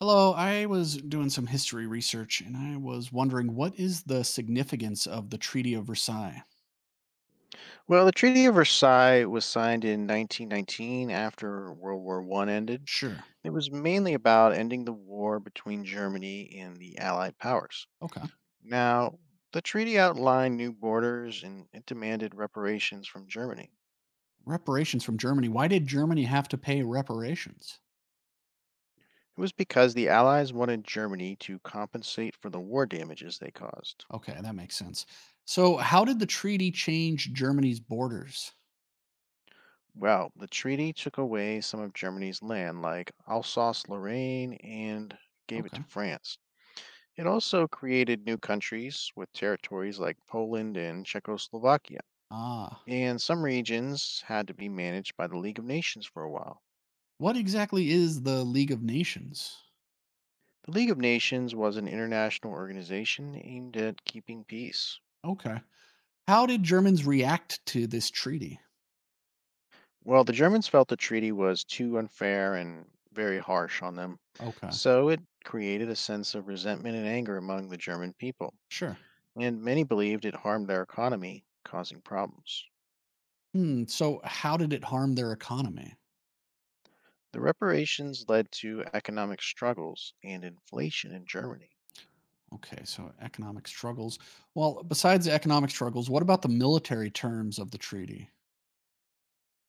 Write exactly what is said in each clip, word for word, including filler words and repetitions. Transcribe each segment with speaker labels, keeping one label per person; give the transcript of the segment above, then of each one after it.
Speaker 1: Hello, I was doing some history research and I was wondering, what is the significance of the Treaty of Versailles?
Speaker 2: Well, the Treaty of Versailles was signed in nineteen nineteen after World War One ended.
Speaker 1: Sure.
Speaker 2: It was mainly about ending the war between Germany and the Allied powers.
Speaker 1: Okay.
Speaker 2: Now, the treaty outlined new borders and it demanded reparations from Germany.
Speaker 1: Reparations from Germany. Why did Germany have to pay reparations?
Speaker 2: It was because the Allies wanted Germany to compensate for the war damages they caused.
Speaker 1: Okay, that makes sense. So, how did the treaty change Germany's borders?
Speaker 2: Well, the treaty took away some of Germany's land, like Alsace Lorraine, and gave it
Speaker 1: Okay.
Speaker 2: to France. It also created new countries with territories like Poland and Czechoslovakia,
Speaker 1: Ah.
Speaker 2: and some regions had to be managed by the League of Nations for a while.
Speaker 1: What exactly is the League of Nations?
Speaker 2: The League of Nations was an international organization aimed at keeping peace.
Speaker 1: Okay. How did Germans react to this treaty?
Speaker 2: Well, the Germans felt the treaty was too unfair and very harsh on them,
Speaker 1: Okay.
Speaker 2: so it created a sense of resentment and anger among the German people,
Speaker 1: Sure.
Speaker 2: and many believed it harmed their economy, causing problems.
Speaker 1: Hmm. So, how did it harm their economy?
Speaker 2: The reparations led to economic struggles and inflation in Germany.
Speaker 1: Okay, so economic struggles. Well, besides the economic struggles, what about the military terms of the treaty?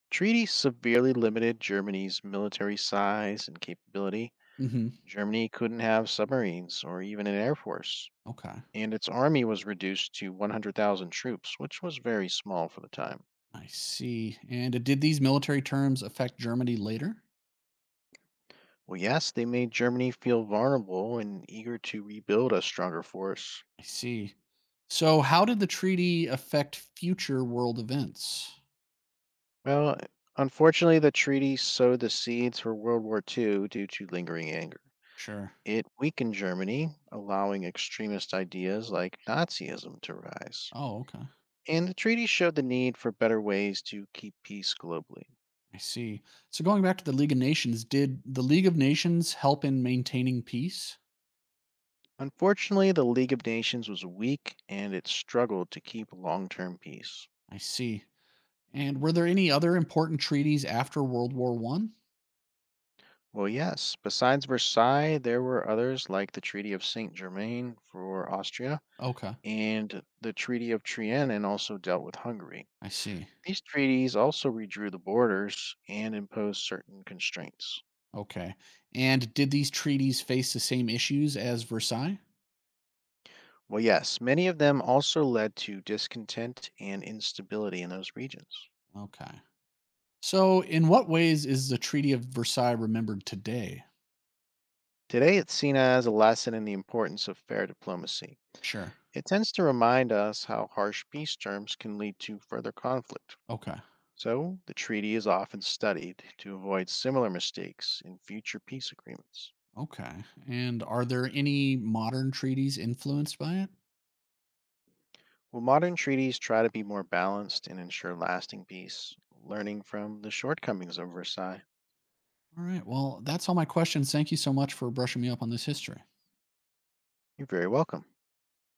Speaker 2: Treaty severely limited Germany's military size and capability.
Speaker 1: Hmm.
Speaker 2: Germany couldn't have submarines or even an air force,
Speaker 1: Okay,
Speaker 2: and its army was reduced to one hundred thousand troops, which was very small for the time.
Speaker 1: I see. And uh, did these military terms affect Germany later?
Speaker 2: Well, yes, they made Germany feel vulnerable and eager to rebuild a stronger force.
Speaker 1: I see. So, how did the treaty affect future world events?
Speaker 2: Well, unfortunately, the treaty sowed the seeds for World War the second due to lingering anger.
Speaker 1: Sure.
Speaker 2: It weakened Germany, allowing extremist ideas like Nazism to rise.
Speaker 1: Oh, okay.
Speaker 2: And the treaty showed the need for better ways to keep peace globally.
Speaker 1: I see. So, going back to the League of Nations, did the League of Nations help in maintaining peace?
Speaker 2: Unfortunately, the League of Nations was weak and it struggled to keep long term peace.
Speaker 1: I see. And were there any other important treaties after World War One?
Speaker 2: Well, yes, besides Versailles, there were others like the Treaty of Saint Germain for Austria
Speaker 1: Okay,
Speaker 2: and the Treaty of Trianon and also dealt with Hungary.
Speaker 1: I see.
Speaker 2: These treaties also redrew the borders and imposed certain constraints.
Speaker 1: Okay. And did these treaties face the same issues as Versailles?
Speaker 2: Well, yes, many of them also led to discontent and instability in those regions.
Speaker 1: Okay. So, in what ways is the Treaty of Versailles remembered today?
Speaker 2: Today, it's seen as a lesson in the importance of fair diplomacy.
Speaker 1: Sure.
Speaker 2: It tends to remind us how harsh peace terms can lead to further conflict.
Speaker 1: Okay.
Speaker 2: So, the treaty is often studied to avoid similar mistakes in future peace agreements.
Speaker 1: Okay. And are there any modern treaties influenced by it?
Speaker 2: Will modern treaties try to be more balanced and ensure lasting peace, learning from the shortcomings of Versailles?
Speaker 1: All right. Well, that's all my questions. Thank you so much for brushing me up on this history.
Speaker 2: You're very welcome.